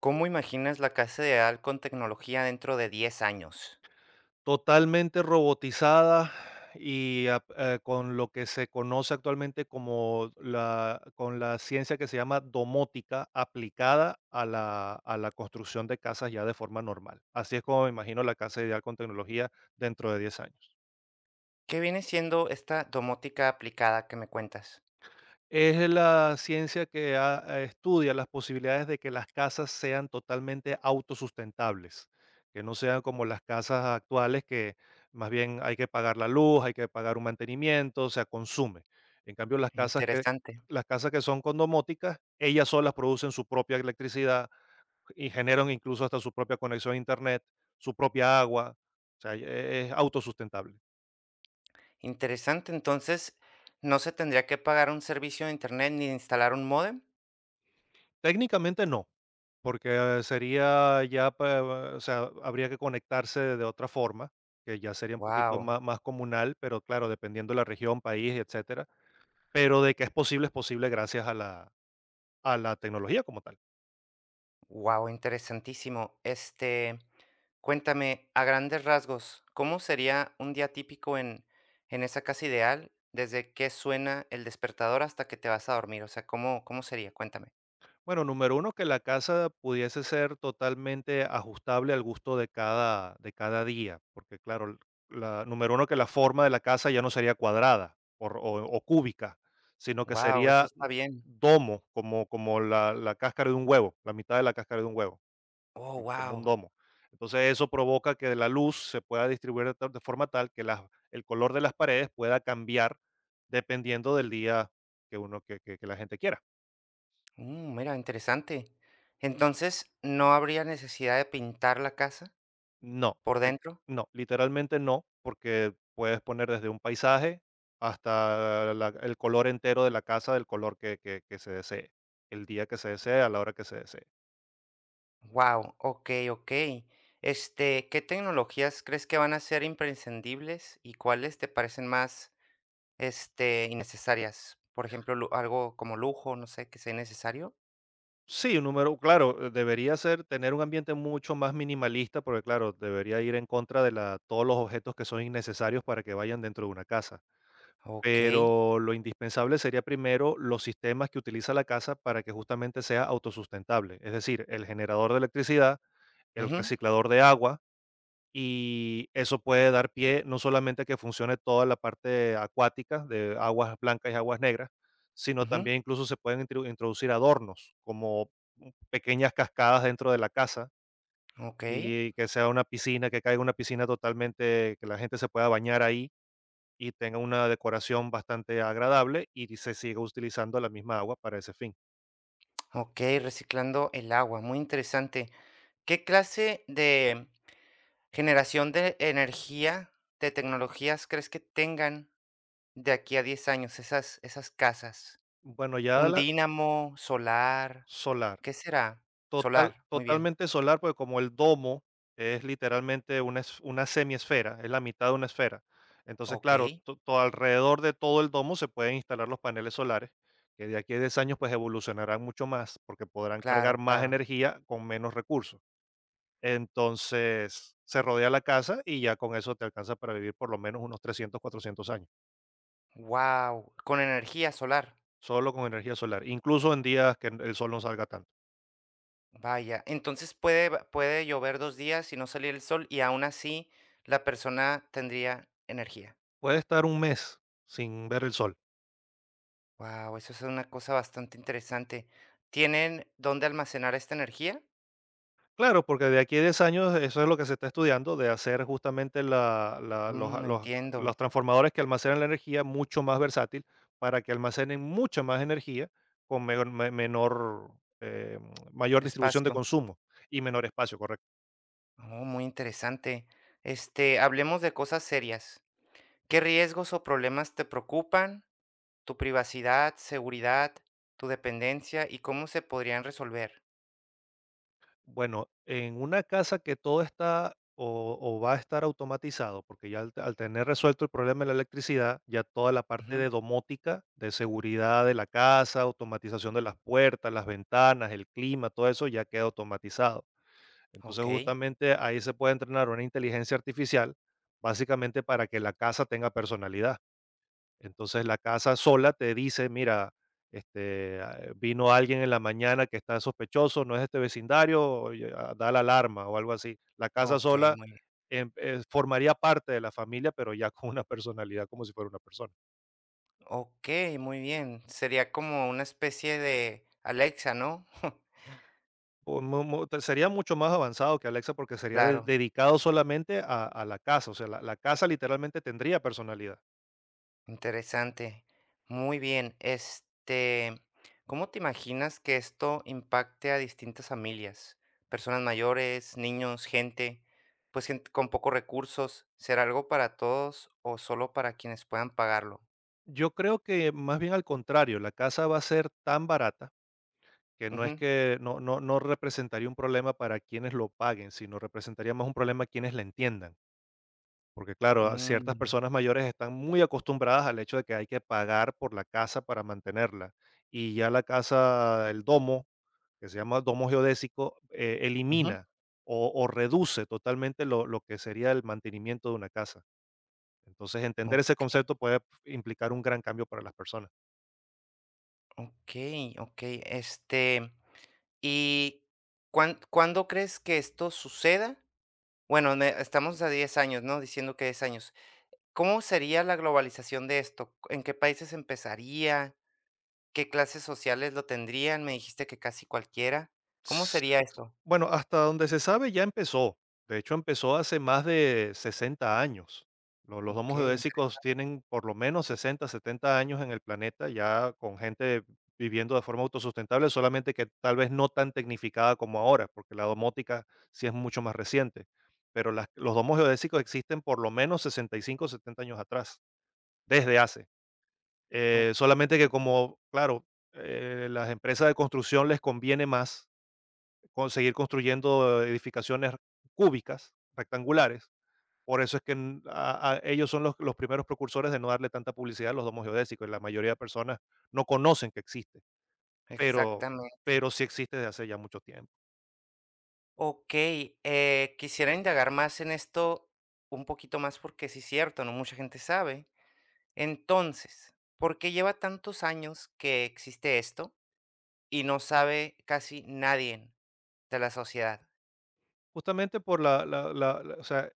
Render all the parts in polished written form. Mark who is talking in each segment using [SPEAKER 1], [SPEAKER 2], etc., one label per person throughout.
[SPEAKER 1] ¿Cómo imaginas la casa ideal con tecnología dentro de 10 años?
[SPEAKER 2] Totalmente robotizada y ap con lo que se conoce actualmente como la con la ciencia que se llama domótica aplicada a la construcción de casas ya de forma normal. Así es como me imagino la casa ideal con tecnología dentro de 10 años.
[SPEAKER 1] ¿Qué viene siendo esta domótica aplicada que me cuentas?
[SPEAKER 2] Es la ciencia que estudia las posibilidades de que las casas sean totalmente autosustentables, que no sean como las casas actuales que más bien hay que pagar la luz, hay que pagar un mantenimiento, o sea, consume. En cambio,
[SPEAKER 1] Interesante.
[SPEAKER 2] las casas que son condomóticas, ellas solas producen su propia electricidad y generan incluso hasta su propia conexión a internet, su propia agua, o sea, es autosustentable.
[SPEAKER 1] Interesante, entonces, ¿no se tendría que pagar un servicio de internet ni instalar un módem?
[SPEAKER 2] Técnicamente no. Porque sería ya, pues, o sea, habría que conectarse de otra forma, que ya sería un poquito
[SPEAKER 1] Wow,
[SPEAKER 2] má más comunal, pero claro, dependiendo de la región, país, etcétera. Pero de que es posible gracias a la tecnología como tal.
[SPEAKER 1] wow, interesantísimo. Este, cuéntame, a grandes rasgos, ¿cómo sería un día típico en, esa casa ideal? Desde que suena el despertador hasta que te vas a dormir. O sea, ¿cómo sería? Cuéntame.
[SPEAKER 2] Bueno, número uno, que la casa pudiese ser totalmente ajustable al gusto de de cada día, porque claro, número uno, que la forma de la casa ya no sería cuadrada o cúbica, sino que
[SPEAKER 1] Wow, eso
[SPEAKER 2] sería
[SPEAKER 1] está bien.
[SPEAKER 2] domo, como la cáscara de un huevo, la mitad de la cáscara de un huevo,
[SPEAKER 1] Oh,
[SPEAKER 2] como un
[SPEAKER 1] wow.
[SPEAKER 2] domo. Entonces eso provoca que la luz se pueda distribuir de forma tal que el color de las paredes pueda cambiar dependiendo del día que uno que la gente quiera.
[SPEAKER 1] Mira, interesante. Entonces, ¿no habría necesidad de pintar la casa
[SPEAKER 2] No,
[SPEAKER 1] por dentro?
[SPEAKER 2] no, literalmente no, porque puedes poner desde un paisaje hasta la el color entero de la casa del color que se desee, el día que se desee, a la hora que se desee.
[SPEAKER 1] Wow, ok, ok. Este, ¿qué tecnologías crees que van a ser imprescindibles y cuáles te parecen más, este, innecesarias? Por ejemplo, algo como lujo, no sé, que sea necesario.
[SPEAKER 2] Sí, un número claro, debería ser tener un ambiente mucho más minimalista, porque claro, debería ir en contra de la todos los objetos que son innecesarios para que vayan dentro de una casa.
[SPEAKER 1] Ok.
[SPEAKER 2] Pero lo indispensable sería primero los sistemas que utiliza la casa para que justamente sea autosustentable, es decir, el generador de electricidad, el
[SPEAKER 1] Ujú,
[SPEAKER 2] reciclador de agua, y eso puede dar pie no solamente a que funcione toda la parte acuática de aguas blancas y aguas negras, sino
[SPEAKER 1] ujú.
[SPEAKER 2] también incluso se pueden introducir adornos, como pequeñas cascadas dentro de la casa
[SPEAKER 1] Ok.
[SPEAKER 2] y que sea una piscina, que caiga una piscina totalmente, que la gente se pueda bañar ahí y tenga una decoración bastante agradable y se siga utilizando la misma agua para ese fin.
[SPEAKER 1] Ok, reciclando el agua, muy interesante. ¿Qué clase de generación de energía, de tecnologías crees que tengan de aquí a 10 años esas casas?
[SPEAKER 2] Bueno, ya
[SPEAKER 1] ¿Un
[SPEAKER 2] la
[SPEAKER 1] dínamo, solar?
[SPEAKER 2] solar.
[SPEAKER 1] ¿Qué será? Solar, muy bien.
[SPEAKER 2] Totalmente solar, porque como el domo es literalmente una es una semiesfera, es la mitad de una esfera. Entonces, claro,
[SPEAKER 1] Okey,
[SPEAKER 2] to todo alrededor de todo el domo se pueden instalar los paneles solares, que de aquí a 10 años, pues, evolucionarán mucho más, porque podrán cargar
[SPEAKER 1] claro,
[SPEAKER 2] más
[SPEAKER 1] claro.
[SPEAKER 2] energía con menos recursos. Entonces, se rodea la casa y ya con eso te alcanza para vivir por lo menos unos 300, 400 años,
[SPEAKER 1] Wow, con energía solar.
[SPEAKER 2] solo con energía solar, incluso en días que el sol no salga tanto.
[SPEAKER 1] Vaya, entonces puede llover 2 días y no salir el sol, y aún así la persona tendría energía.
[SPEAKER 2] Puede estar un mes sin ver el sol.
[SPEAKER 1] Wow, eso es una cosa bastante interesante. ¿Tienen dónde almacenar esta energía?
[SPEAKER 2] Claro, porque de aquí a 10 años eso es lo que se está estudiando, de hacer justamente
[SPEAKER 1] Mm, entiendo.
[SPEAKER 2] los transformadores que almacenan la energía mucho más versátil para que almacenen mucha más energía con menor, eh, mayor distribución de
[SPEAKER 1] Espacio.
[SPEAKER 2] consumo y menor espacio, correcto.
[SPEAKER 1] Oh, muy interesante. Este, hablemos de cosas serias. ¿Qué riesgos o problemas te preocupan? ¿Tu privacidad, seguridad, tu dependencia y cómo se podrían resolver?
[SPEAKER 2] Bueno, en una casa que todo está o va a estar automatizado, porque ya al tener resuelto el problema de la electricidad, ya toda la parte
[SPEAKER 1] Ujú.
[SPEAKER 2] de domótica, de seguridad de la casa, automatización de las puertas, las ventanas, el clima, todo eso ya queda automatizado. Entonces,
[SPEAKER 1] Ok,
[SPEAKER 2] justamente ahí se puede entrenar una inteligencia artificial, básicamente para que la casa tenga personalidad. Entonces la casa sola te dice, mira, vino alguien en la mañana que está sospechoso, no es de este vecindario, oye, ah, da la alarma o algo así. La casa
[SPEAKER 1] ok,
[SPEAKER 2] sola
[SPEAKER 1] muy bien.
[SPEAKER 2] formaría parte de la familia, pero ya con una personalidad como si fuera una persona.
[SPEAKER 1] Ok, muy bien. Sería como una especie de Alexa, ¿no?
[SPEAKER 2] O mu- mu- te- Sería mucho más avanzado que Alexa porque sería
[SPEAKER 1] Claro.
[SPEAKER 2] dedicado solamente a la casa, o sea, la casa literalmente tendría personalidad.
[SPEAKER 1] Interesante. Muy bien. Este, ¿cómo te imaginas que esto impacte a distintas familias? Personas mayores, niños, gente, pues gente con pocos recursos. ¿Será algo para todos o solo para quienes puedan pagarlo?
[SPEAKER 2] Yo creo que más bien al contrario, la casa va a ser tan barata que no es
[SPEAKER 1] Ujú.
[SPEAKER 2] que no representaría un problema para quienes lo paguen, sino representaría más un problema quienes la entiendan. Porque, claro, a ciertas
[SPEAKER 1] Mm,
[SPEAKER 2] personas mayores están muy acostumbradas al hecho de que hay que pagar por la casa para mantenerla. Y ya la casa, el domo, que se llama domo geodésico,
[SPEAKER 1] ujú.
[SPEAKER 2] elimina o reduce totalmente lo que sería el mantenimiento de una casa. Entonces, entender
[SPEAKER 1] O-
[SPEAKER 2] ese concepto puede implicar un gran cambio para las personas.
[SPEAKER 1] ok, ok. Este, ¿y cuándo crees que esto suceda? Bueno, estamos a 10 años, ¿no? Diciendo que 10 años. ¿Cómo sería la globalización de esto? ¿En qué países empezaría? ¿Qué clases sociales lo tendrían? Me dijiste que casi cualquiera. ¿Cómo sería esto?
[SPEAKER 2] Bueno, hasta donde se sabe ya empezó. De hecho, empezó hace más de 60 años. Los domos
[SPEAKER 1] Okey,
[SPEAKER 2] geodésicos
[SPEAKER 1] interesante.
[SPEAKER 2] tienen por lo menos 60, 70 años en el planeta, ya con gente viviendo de forma autosustentable, solamente que tal vez no tan tecnificada como ahora, porque la domótica sí es mucho más reciente. Pero los domos geodésicos existen por lo menos 65, 70 años atrás, desde hace.
[SPEAKER 1] Oh,
[SPEAKER 2] Solamente que como, claro, las empresas de construcción les conviene más con seguir construyendo edificaciones cúbicas, rectangulares. Por eso es que ellos son los primeros precursores de no darle tanta publicidad a los domos geodésicos. Y la mayoría de personas no conocen que existe, pero,
[SPEAKER 1] exactamente.
[SPEAKER 2] sí existe desde hace ya mucho tiempo.
[SPEAKER 1] Okey, quisiera indagar más en esto un poquito más porque sí es cierto, no mucha gente sabe. Entonces, ¿por qué lleva tantos años que existe esto y no sabe casi nadie de la sociedad
[SPEAKER 2] Justamente por o sea,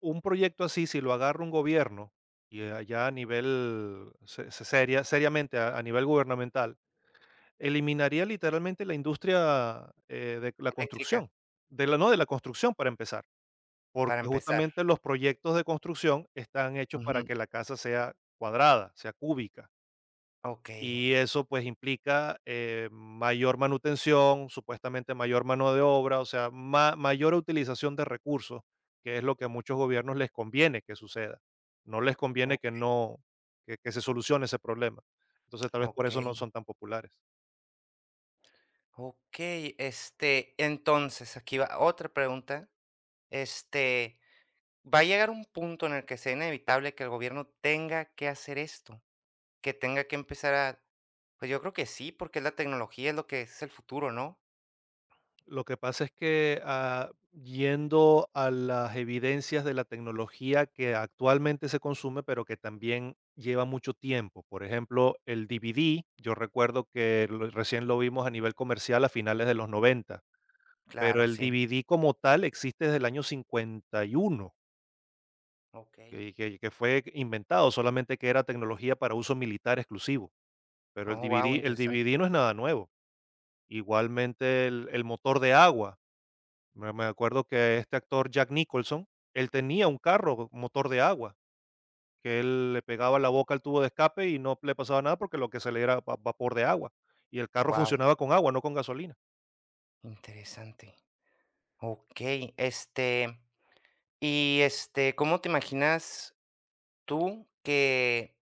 [SPEAKER 2] un proyecto así, si lo agarra un gobierno, y allá a nivel, seriamente, a nivel gubernamental, eliminaría literalmente la industria, de la
[SPEAKER 1] eléctrica?
[SPEAKER 2] construcción, de la, no de la construcción para empezar.
[SPEAKER 1] Para
[SPEAKER 2] Porque
[SPEAKER 1] empezar.
[SPEAKER 2] justamente los proyectos de construcción están hechos para
[SPEAKER 1] Ujú.
[SPEAKER 2] que la casa sea cuadrada, sea cúbica.
[SPEAKER 1] Okey,
[SPEAKER 2] Y eso pues implica mayor manutención, supuestamente mayor mano de obra, o sea, mayor utilización de recursos, que es lo que a muchos gobiernos les conviene que suceda. No les conviene
[SPEAKER 1] o
[SPEAKER 2] que no, que se solucione ese problema. Entonces tal vez por eso no
[SPEAKER 1] okey.
[SPEAKER 2] son tan populares.
[SPEAKER 1] Okey, este, entonces, aquí va otra pregunta, este, ¿va a llegar un punto en el que sea inevitable que el gobierno tenga que hacer esto? Que tenga que empezar a pues, yo creo que sí, porque la tecnología, es lo que es el futuro, ¿no?
[SPEAKER 2] Lo que pasa es que, yendo a las evidencias de la tecnología que actualmente se consume, pero que también lleva mucho tiempo. Por ejemplo, el DVD, yo recuerdo que lo recién lo vimos a nivel comercial a finales de los 90. Pero
[SPEAKER 1] Claro,
[SPEAKER 2] el
[SPEAKER 1] sí,
[SPEAKER 2] DVD como tal existe desde el año 51,
[SPEAKER 1] okey.
[SPEAKER 2] que fue inventado, solamente que era tecnología para uso militar exclusivo, pero el
[SPEAKER 1] Oh, guau,
[SPEAKER 2] DVD el
[SPEAKER 1] interesante.
[SPEAKER 2] DVD no es nada nuevo. Igualmente el motor de agua. Me acuerdo que este actor Jack Nicholson, él tenía un carro motor de agua, que él le pegaba la boca al tubo de escape y no le pasaba nada porque lo que se le era va vapor de agua. Y el carro
[SPEAKER 1] Wow,
[SPEAKER 2] funcionaba con agua, no con gasolina.
[SPEAKER 1] interesante. Okey, este, y, este, ¿cómo te imaginas tú que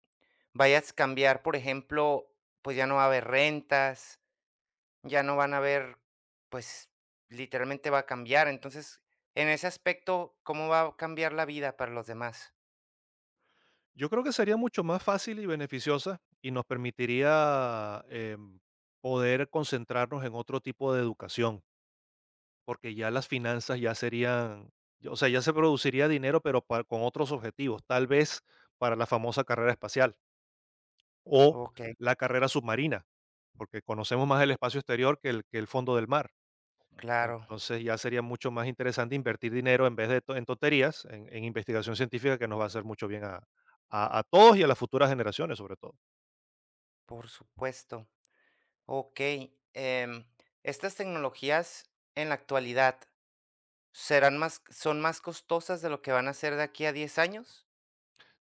[SPEAKER 1] vayas a cambiar? Por ejemplo, pues, ya no va a haber rentas. Ya no van a ver, pues, literalmente va a cambiar. Entonces, en ese aspecto, ¿cómo va a cambiar la vida para los demás?
[SPEAKER 2] Yo creo que sería mucho más fácil y beneficiosa y nos permitiría poder concentrarnos en otro tipo de educación, porque ya las finanzas ya serían, o sea, ya se produciría dinero, pero con otros objetivos, tal vez para la famosa carrera espacial, o
[SPEAKER 1] Okey,
[SPEAKER 2] la carrera submarina, porque conocemos más el espacio exterior que que el fondo del mar.
[SPEAKER 1] claro,
[SPEAKER 2] Entonces ya sería mucho más interesante invertir dinero en vez de en tonterías, en investigación científica que nos va a hacer mucho bien a todos y a las futuras generaciones sobre todo.
[SPEAKER 1] por supuesto. Okey, estas tecnologías en la actualidad, ¿serán más son más costosas de lo que van a ser de aquí a 10 años?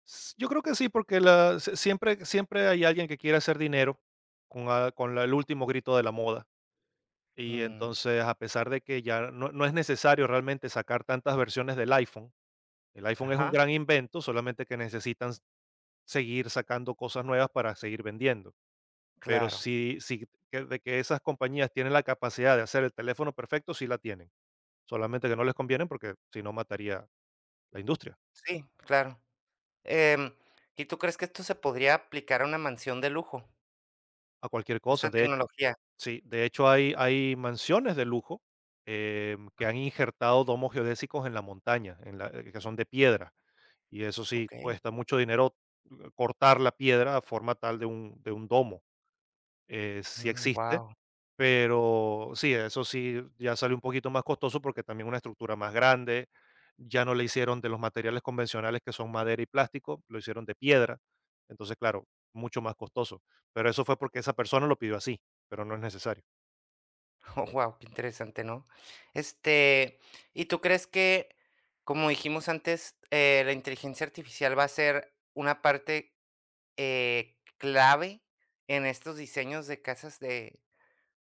[SPEAKER 2] Yo creo que sí, porque siempre, siempre hay alguien que quiere hacer dinero con, el último grito de la moda. Y
[SPEAKER 1] Mm,
[SPEAKER 2] entonces, a pesar de que ya no es necesario realmente sacar tantas versiones del iPhone, el iPhone es un
[SPEAKER 1] ajá,
[SPEAKER 2] gran invento, solamente que necesitan seguir sacando cosas nuevas para seguir vendiendo. Pero
[SPEAKER 1] claro.
[SPEAKER 2] sí, sí, de que esas compañías tienen la capacidad de hacer el teléfono perfecto, sí la tienen. Solamente que no les conviene porque si no mataría la industria
[SPEAKER 1] Sí, claro. Em, ¿Y tú crees que esto se podría aplicar a una mansión de lujo,
[SPEAKER 2] a cualquier cosa.
[SPEAKER 1] esta
[SPEAKER 2] De,
[SPEAKER 1] tecnología?
[SPEAKER 2] sí, de hecho hay, mansiones de lujo que han injertado domos geodésicos en la montaña, que son de piedra. Y eso sí
[SPEAKER 1] Okey,
[SPEAKER 2] cuesta mucho dinero, cortar la piedra a forma tal de de un domo. Sí existe.
[SPEAKER 1] wow.
[SPEAKER 2] Pero sí, eso sí, ya salió un poquito más costoso porque también una estructura más grande, ya no le hicieron de los materiales convencionales que son madera y plástico, lo hicieron de piedra. Entonces, claro, mucho más costoso. Pero eso fue porque esa persona lo pidió así, pero no es necesario.
[SPEAKER 1] Oh, guau, qué interesante, ¿no? Este, ¿y tú crees que, como dijimos antes, la inteligencia artificial va a ser una parte, clave en estos diseños de casas de,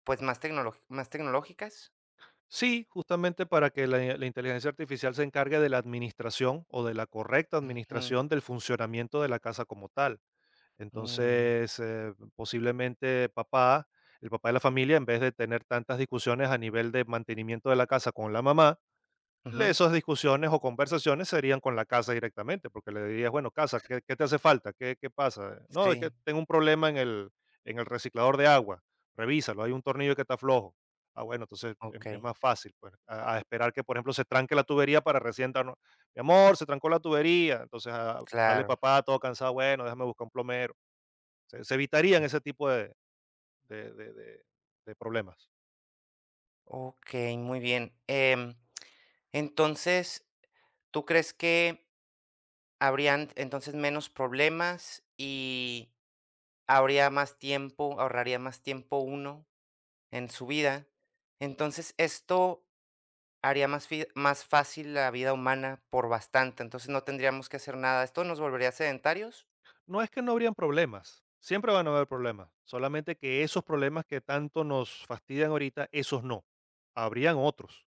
[SPEAKER 1] pues, más tecnológicas?
[SPEAKER 2] Sí, justamente para que la inteligencia artificial se encargue de la administración o de la correcta
[SPEAKER 1] Ujú,
[SPEAKER 2] administración del funcionamiento de la casa como tal.
[SPEAKER 1] mm,
[SPEAKER 2] Entonces, posiblemente papá, el papá de la familia, en vez de tener tantas discusiones a nivel de mantenimiento de la casa con la mamá,
[SPEAKER 1] ujú,
[SPEAKER 2] esas discusiones o conversaciones serían con la casa directamente, porque le dirías, bueno, casa, qué te hace falta? Qué pasa? No, es que
[SPEAKER 1] sí,
[SPEAKER 2] tengo un problema en en el reciclador de agua. Revísalo, hay un tornillo que está flojo. Ah, bueno, entonces es
[SPEAKER 1] okey,
[SPEAKER 2] más fácil, pues, a esperar que, por ejemplo, se tranque la tubería para recién darnos, mi amor, se trancó la tubería. Entonces ah, sale
[SPEAKER 1] claro.
[SPEAKER 2] papá todo cansado, bueno, déjame buscar un plomero. Se evitarían ese tipo de de problemas.
[SPEAKER 1] Okey, muy bien. Entonces, ¿tú crees que habrían entonces menos problemas y habría más tiempo, ahorraría más tiempo uno en su vida? Entonces, esto haría más fácil la vida humana por bastante, entonces, no tendríamos que hacer nada. ¿Esto nos volvería sedentarios?
[SPEAKER 2] No es que no habrían problemas, siempre van a haber problemas, solamente que esos problemas que tanto nos fastidian ahorita, esos no, habrían otros.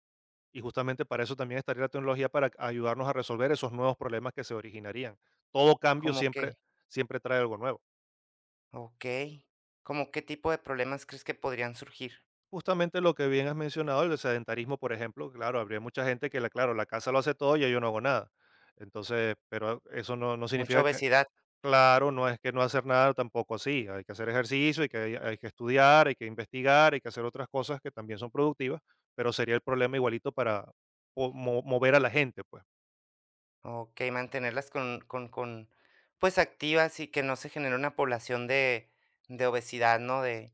[SPEAKER 2] Y justamente para eso también estaría la tecnología para ayudarnos a resolver esos nuevos problemas que se originarían. Todo cambio
[SPEAKER 1] ¿Como
[SPEAKER 2] siempre,
[SPEAKER 1] qué?
[SPEAKER 2] siempre trae algo nuevo.
[SPEAKER 1] Okey. ¿Cómo qué tipo de problemas crees que podrían surgir?
[SPEAKER 2] Justamente lo que bien has mencionado, el sedentarismo, por ejemplo, claro, habría mucha gente que, la, claro, la casa lo hace todo y yo no hago nada. Entonces, pero eso no, no
[SPEAKER 1] Mucha
[SPEAKER 2] significa que.
[SPEAKER 1] obesidad.
[SPEAKER 2] Claro, no es que no hacer nada tampoco así, hay que hacer ejercicio, hay que estudiar, hay que investigar, hay que hacer otras cosas que también son productivas, pero sería el problema igualito para mover a la gente, pues,
[SPEAKER 1] Okey, mantenerlas con, pues, activas y que no se genere una población de obesidad, ¿no? De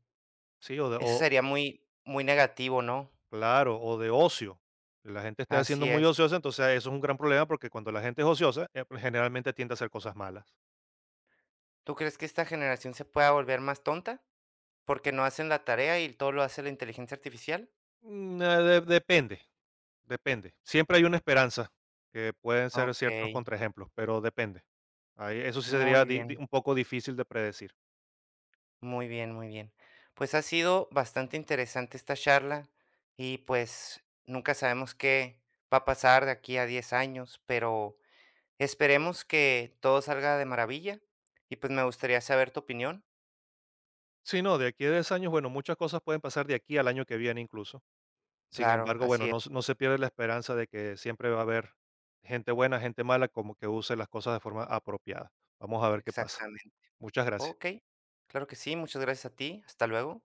[SPEAKER 2] ¿sí? O,
[SPEAKER 1] eso sería muy muy negativo, ¿no?
[SPEAKER 2] claro, o de ocio. La gente está haciendo
[SPEAKER 1] Así
[SPEAKER 2] muy
[SPEAKER 1] es.
[SPEAKER 2] ociosa, entonces eso es un gran problema porque cuando la gente es ociosa, generalmente tiende a hacer cosas malas.
[SPEAKER 1] ¿Tú crees que esta generación se pueda volver más tonta? Porque no hacen la tarea y todo lo hace la inteligencia artificial.
[SPEAKER 2] Mm, depende, depende. Siempre hay una esperanza, que pueden ser ciertos
[SPEAKER 1] Okey,
[SPEAKER 2] contraejemplos, pero depende. Eso sí sería
[SPEAKER 1] muy bien,
[SPEAKER 2] un poco difícil de predecir.
[SPEAKER 1] muy bien, muy bien. Pues ha sido bastante interesante esta charla y, pues, nunca sabemos qué va a pasar de aquí a 10 años, pero esperemos que todo salga de maravilla y, pues, me gustaría saber tu opinión.
[SPEAKER 2] Sí, no, de aquí a 10 años, bueno, muchas cosas pueden pasar de aquí al año que viene incluso. Sin
[SPEAKER 1] Claro,
[SPEAKER 2] embargo, bueno,
[SPEAKER 1] así es,
[SPEAKER 2] no, no se pierde la esperanza de que siempre va a haber gente buena, gente mala, como que use las cosas de forma apropiada. Vamos a ver qué pasa.
[SPEAKER 1] exactamente.
[SPEAKER 2] Muchas gracias.
[SPEAKER 1] Okey, claro que sí, muchas gracias a ti, hasta luego.